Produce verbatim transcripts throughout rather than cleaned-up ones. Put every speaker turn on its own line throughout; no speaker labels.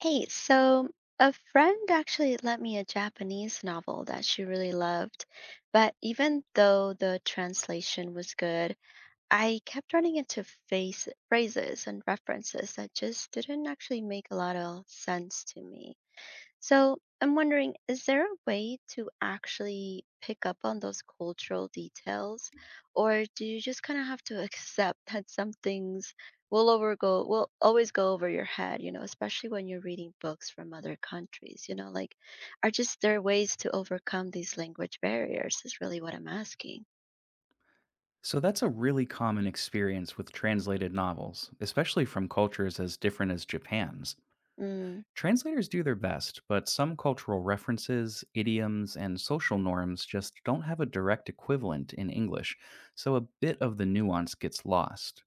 Hey, so a friend actually lent me a Japanese novel that she really loved, but even though the translation was good, I kept running into face phrases and references that just didn't actually make a lot of sense to me. So I'm wondering, is there a way to actually pick up on those cultural details, or do you just kind of have to accept that some things will over go will always go over your head, you know, especially when you're reading books from other countries, you know, like are just there ways to overcome these language barriers is really what I'm asking.
So that's a really common experience with translated novels, especially from cultures as different as Japan's.
Mm,
Translators do their best, but some cultural references, idioms, and social norms just don't have a direct equivalent in English, so a bit of the nuance gets lost.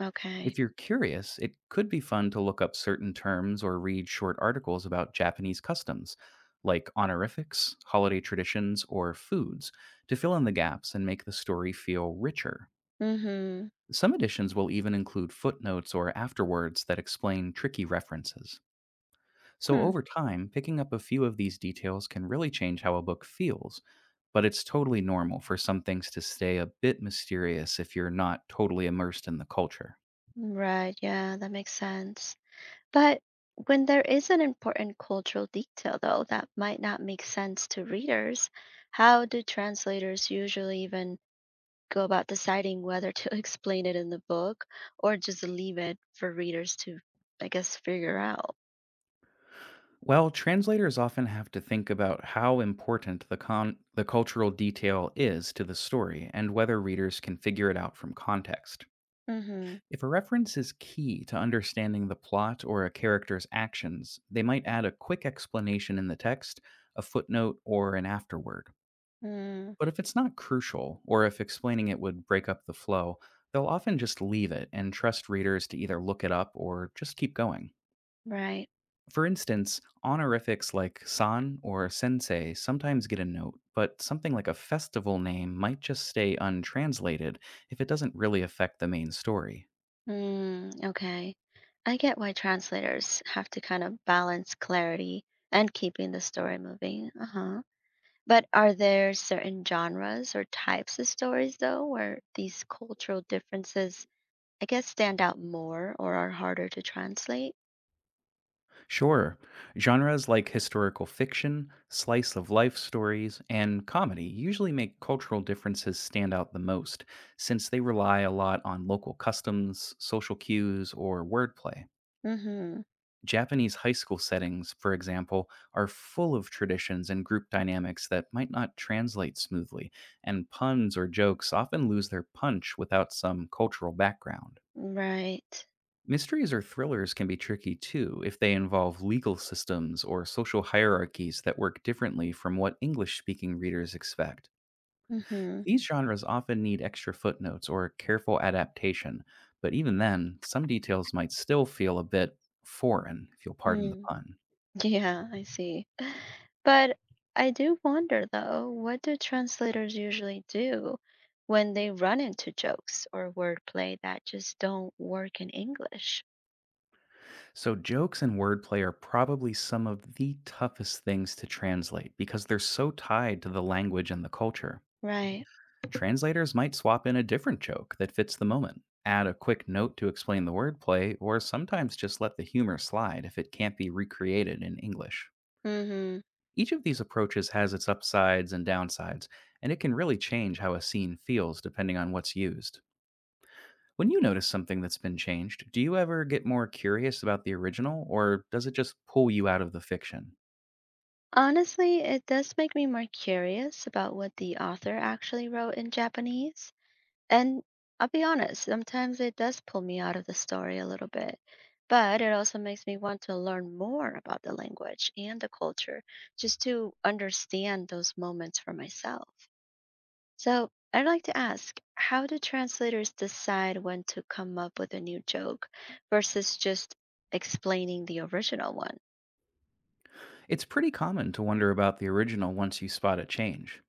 okay.
If you're curious, it could be fun to look up certain terms or read short articles about Japanese customs, like honorifics, holiday traditions, or foods, to fill in the gaps and make the story feel richer.
Mm-hmm.
Some editions will even include footnotes or afterwords that explain tricky references. So,
Hmm.
over time, picking up a few of these details can really change how a book feels, but it's totally normal for some things to stay a bit mysterious if you're not totally immersed in the culture.
Right. Yeah, that makes sense. But when there is an important cultural detail, though, that might not make sense to readers, how do translators usually even go about deciding whether to explain it in the book or just leave it for readers to, I guess, figure out?
Well, translators often have to think about how important the, con- the cultural detail is to the story and whether readers can figure it out from context.
Mm-hmm.
If a reference is key to understanding the plot or a character's actions, they might add a quick explanation in the text, a footnote, or an afterword.
Mm,
But if it's not crucial, or if explaining it would break up the flow, they'll often just leave it and trust readers to either look it up or just keep going.
right.
For instance, honorifics like san or sensei sometimes get a note, but something like a festival name might just stay untranslated if it doesn't really affect the main story.
Mm, okay. I get why translators have to kind of balance clarity and keeping the story moving. Uh huh. But are there certain genres or types of stories, though, where these cultural differences, I guess, stand out more or are harder to translate?
Sure. Genres like historical fiction, slice of life stories, and comedy usually make cultural differences stand out the most, since they rely a lot on local customs, social cues, or wordplay.
Mm-hmm.
Japanese high school settings, for example, are full of traditions and group dynamics that might not translate smoothly, and puns or jokes often lose their punch without some cultural background.
Right.
Mysteries or thrillers can be tricky too if they involve legal systems or social hierarchies that work differently from what English speaking readers expect.
Mm-hmm.
These genres often need extra footnotes or careful adaptation, but even then, some details might still feel a bit foreign, if you'll pardon the
Mm.
pun.
Yeah, I see. But I do wonder, though, what do translators usually do when they run into jokes or wordplay that just don't work in English?
So, jokes and wordplay are probably some of the toughest things to translate because they're so tied to the language and the culture.
Right.
Translators might swap in a different joke that fits the moment, add a quick note to explain the wordplay, or sometimes just let the humor slide if it can't be recreated in English.
Mm-hmm.
Each of these approaches has its upsides and downsides, and it can really change how a scene feels depending on what's used. When you notice something that's been changed, do you ever get more curious about the original, or does it just pull you out of the fiction?
Honestly, it does make me more curious about what the author actually wrote in Japanese. And I'll be honest, sometimes it does pull me out of the story a little bit. But it also makes me want to learn more about the language and the culture just to understand those moments for myself. So I'd like to ask, how do translators decide when to come up with a new joke versus just explaining the original one?
It's pretty common to wonder about the original once you spot a change.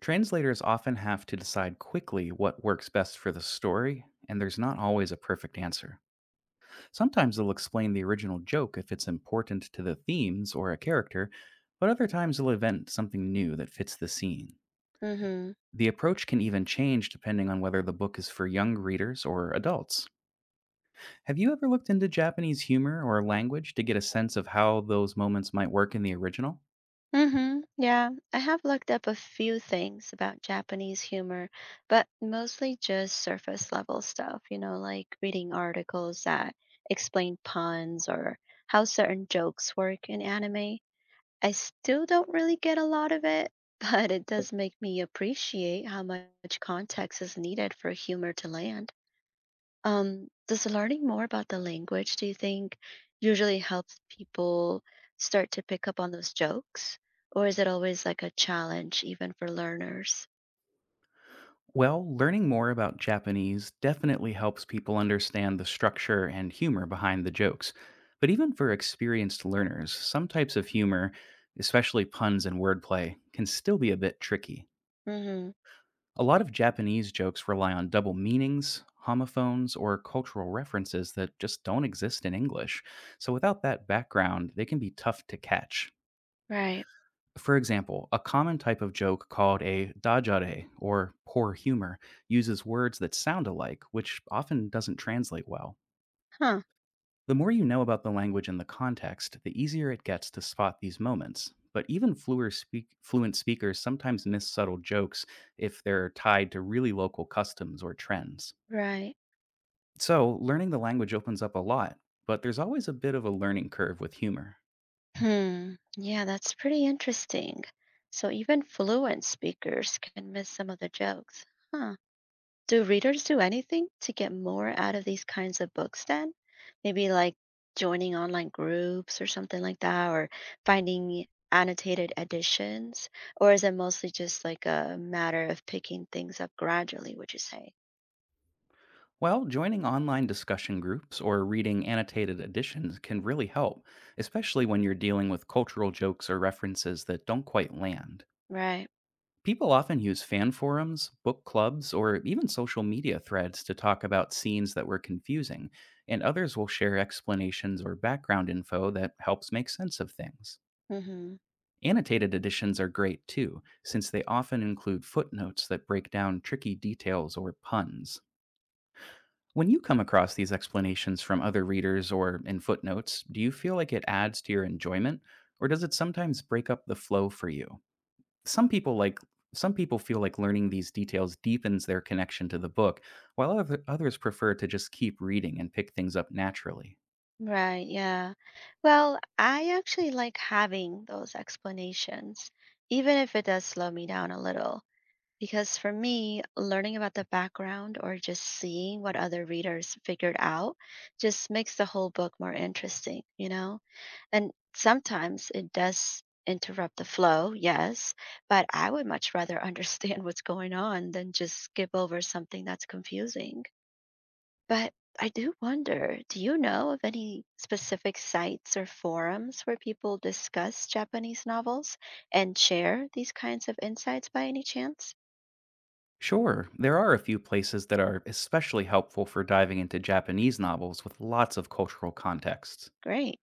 Translators often have to decide quickly what works best for the story, and there's not always a perfect answer. Sometimes they'll explain the original joke if it's important to the themes or a character, but other times they'll invent something new that fits the scene.
Mm-hmm.
The approach can even change depending on whether the book is for young readers or adults. Have you ever looked into Japanese humor or language to get a sense of how those moments might work in the original?
Mm-hmm. Yeah, I have looked up a few things about Japanese humor, but mostly just surface level stuff, you know, like reading articles that explain puns or how certain jokes work in anime. I still don't really get a lot of it, but it does make me appreciate how much context is needed for humor to land. Um, does learning more about the language, do you think, usually helps people start to pick up on those jokes? Or is it always like a challenge, even for learners?
Well, learning more about Japanese definitely helps people understand the structure and humor behind the jokes. But even for experienced learners, some types of humor, especially puns and wordplay, can still be a bit tricky.
Hmm.
A lot of Japanese jokes rely on double meanings, homophones, or cultural references that just don't exist in English. So without that background, they can be tough to catch.
Right.
For example, a common type of joke called a dajare, or poor humor, uses words that sound alike, which often doesn't translate well.
Huh.
The more you know about the language and the context, the easier it gets to spot these moments. But even fluer speak- fluent speakers sometimes miss subtle jokes if they're tied to really local customs or trends.
Right.
So, learning the language opens up a lot, but there's always a bit of a learning curve with humor.
Hmm. Yeah, that's pretty interesting. So even fluent speakers can miss some of the jokes. Huh. Do readers do anything to get more out of these kinds of books then? Maybe like joining online groups or something like that, or finding annotated editions? Or is it mostly just like a matter of picking things up gradually, would you say?
Well, joining online discussion groups or reading annotated editions can really help, especially when you're dealing with cultural jokes or references that don't quite land.
Right.
People often use fan forums, book clubs, or even social media threads to talk about scenes that were confusing, and others will share explanations or background info that helps make sense of things.
Mm-hmm.
Annotated editions are great too, since they often include footnotes that break down tricky details or puns. When you come across these explanations from other readers or in footnotes, do you feel like it adds to your enjoyment or does it sometimes break up the flow for you? Some people like some people feel like learning these details deepens their connection to the book, while other, others prefer to just keep reading and pick things up naturally.
Right. Yeah. Well, I actually like having those explanations, even if it does slow me down a little. Because for me, learning about the background or just seeing what other readers figured out just makes the whole book more interesting, you know? And sometimes it does interrupt the flow, yes, but I would much rather understand what's going on than just skip over something that's confusing. But I do wonder, do you know of any specific sites or forums where people discuss Japanese novels and share these kinds of insights by any chance?
Sure, there are a few places that are especially helpful for diving into Japanese novels with lots of cultural contexts.
Great.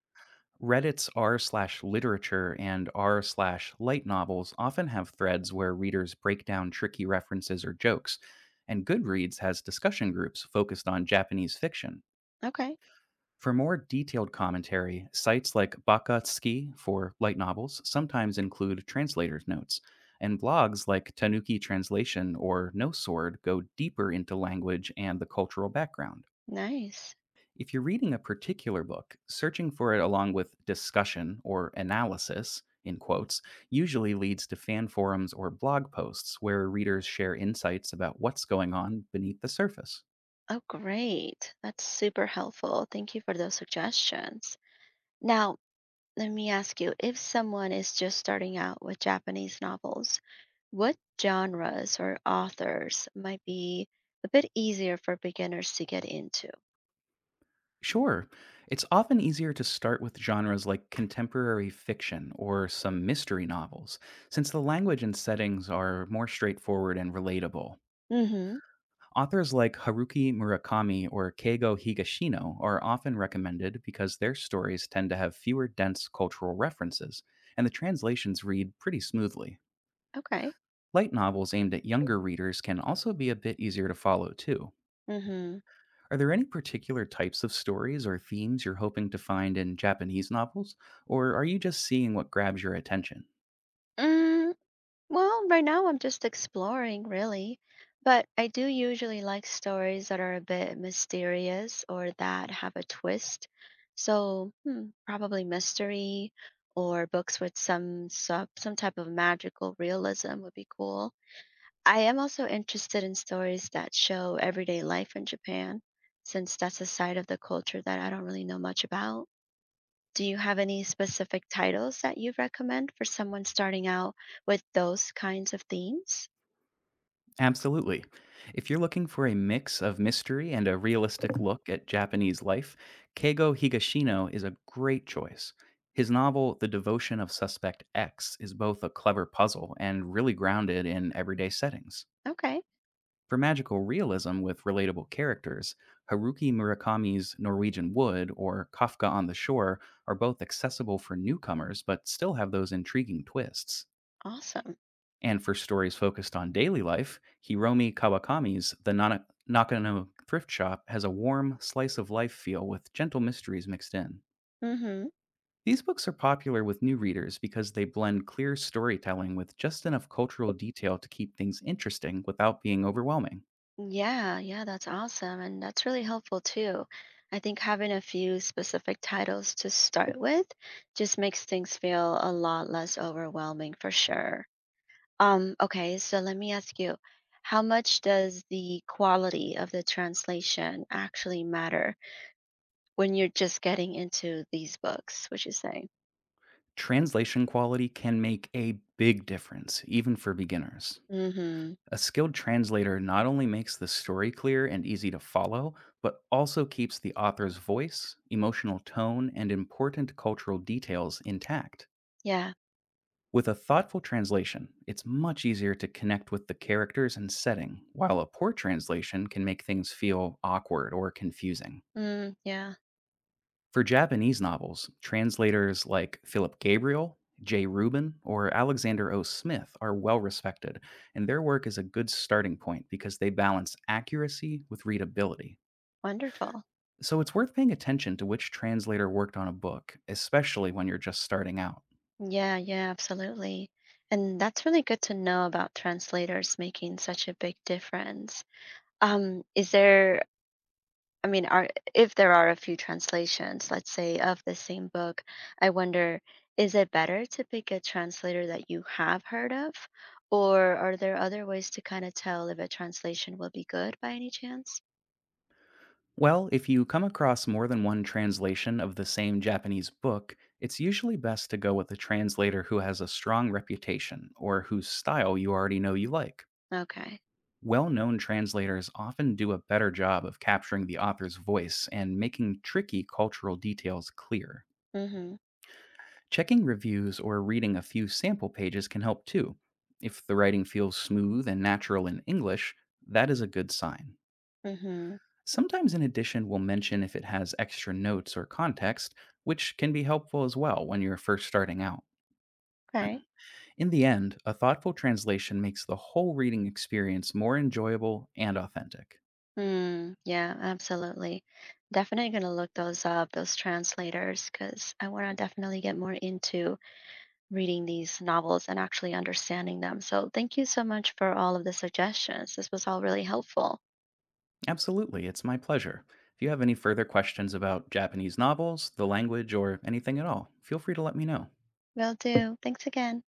Reddit's r slash literature and r slash light novels often have threads where readers break down tricky references or jokes, and Goodreads has discussion groups focused on Japanese fiction.
Okay,
For more detailed commentary, sites like Bakatsuki for light novels sometimes include translators' notes, and blogs like Tanuki Translation or No Sword go deeper into language and the cultural background.
nice.
If you're reading a particular book, searching for it along with discussion or analysis, in quotes, usually leads to fan forums or blog posts where readers share insights about what's going on beneath the surface.
Oh, great. That's super helpful. Thank you for those suggestions. Now, let me ask you, if someone is just starting out with Japanese novels, what genres or authors might be a bit easier for beginners to get into?
Sure, it's often easier to start with genres like contemporary fiction or some mystery novels, since the language and settings are more straightforward and relatable.
Mm-hmm.
Authors like Haruki Murakami or Keigo Higashino are often recommended because their stories tend to have fewer dense cultural references, and the translations read pretty smoothly.
Okay.
Light novels aimed at younger readers can also be a bit easier to follow, too.
Mm-hmm.
Are there any particular types of stories or themes you're hoping to find in Japanese novels, or are you just seeing what grabs your attention?
Mm, well, right now I'm just exploring, really. But I do usually like stories that are a bit mysterious or that have a twist. So, hmm, probably mystery or books with some sub, some type of magical realism would be cool. I am also interested in stories that show everyday life in Japan, since that's a side of the culture that I don't really know much about. Do you have any specific titles that you recommend for someone starting out with those kinds of themes?
Absolutely. If you're looking for a mix of mystery and a realistic look at Japanese life, Keigo Higashino is a great choice. His novel, The Devotion of Suspect X, is both a clever puzzle and really grounded in everyday settings.
Okay,
For magical realism with relatable characters, Haruki Murakami's Norwegian Wood or Kafka on the Shore are both accessible for newcomers but still have those intriguing twists.
awesome.
And for stories focused on daily life, Hiromi Kawakami's The Nana- Nakano Thrift Shop has a warm, slice of life feel with gentle mysteries mixed in.
Hmm.
These books are popular with new readers because they blend clear storytelling with just enough cultural detail to keep things interesting without being overwhelming.
Yeah, yeah, that's awesome. And that's really helpful too. I think having a few specific titles to start with just makes things feel a lot less overwhelming for sure. Um, okay, so let me ask you, how much does the quality of the translation actually matter when you're just getting into these books, would you say?
Translation quality can make a big difference, even for beginners.
Mm-hmm.
A skilled translator not only makes the story clear and easy to follow, but also keeps the author's voice, emotional tone, and important cultural details intact.
Yeah.
With a thoughtful translation, it's much easier to connect with the characters and setting, while a poor translation can make things feel awkward or confusing.
Mm, yeah.
For Japanese novels, translators like Philip Gabriel, J. Rubin, or Alexander O. Smith are well respected, and their work is a good starting point because they balance accuracy with readability.
Wonderful.
So it's worth paying attention to which translator worked on a book, especially when you're just starting out.
Yeah, yeah, absolutely. And that's really good to know about translators making such a big difference. Um, is there, I mean, are If there are a few translations, let's say, of the same book, I wonder, is it better to pick a translator that you have heard of, or are there other ways to kind of tell if a translation will be good by any chance?
Well, if you come across more than one translation of the same Japanese book, it's usually best to go with a translator who has a strong reputation or whose style you already know you like.
Okay.
Well known translators often do a better job of capturing the author's voice and making tricky cultural details clear.
Mm-hmm.
Checking reviews or reading a few sample pages can help too. If the writing feels smooth and natural in English, that is a good sign.
Mm-hmm.
Sometimes, in addition, we'll mention if it has extra notes or context, which can be helpful as well when you're first starting out.
Okay.
In the end, a thoughtful translation makes the whole reading experience more enjoyable and authentic.
Hmm. Yeah, absolutely. Definitely going to look those up, those translators, because I want to definitely get more into reading these novels and actually understanding them. So thank you so much for all of the suggestions. This was all really helpful.
Absolutely, it's my pleasure. If you have any further questions about Japanese novels, the language, or anything at all, feel free to let me know.
Will do. Thanks again.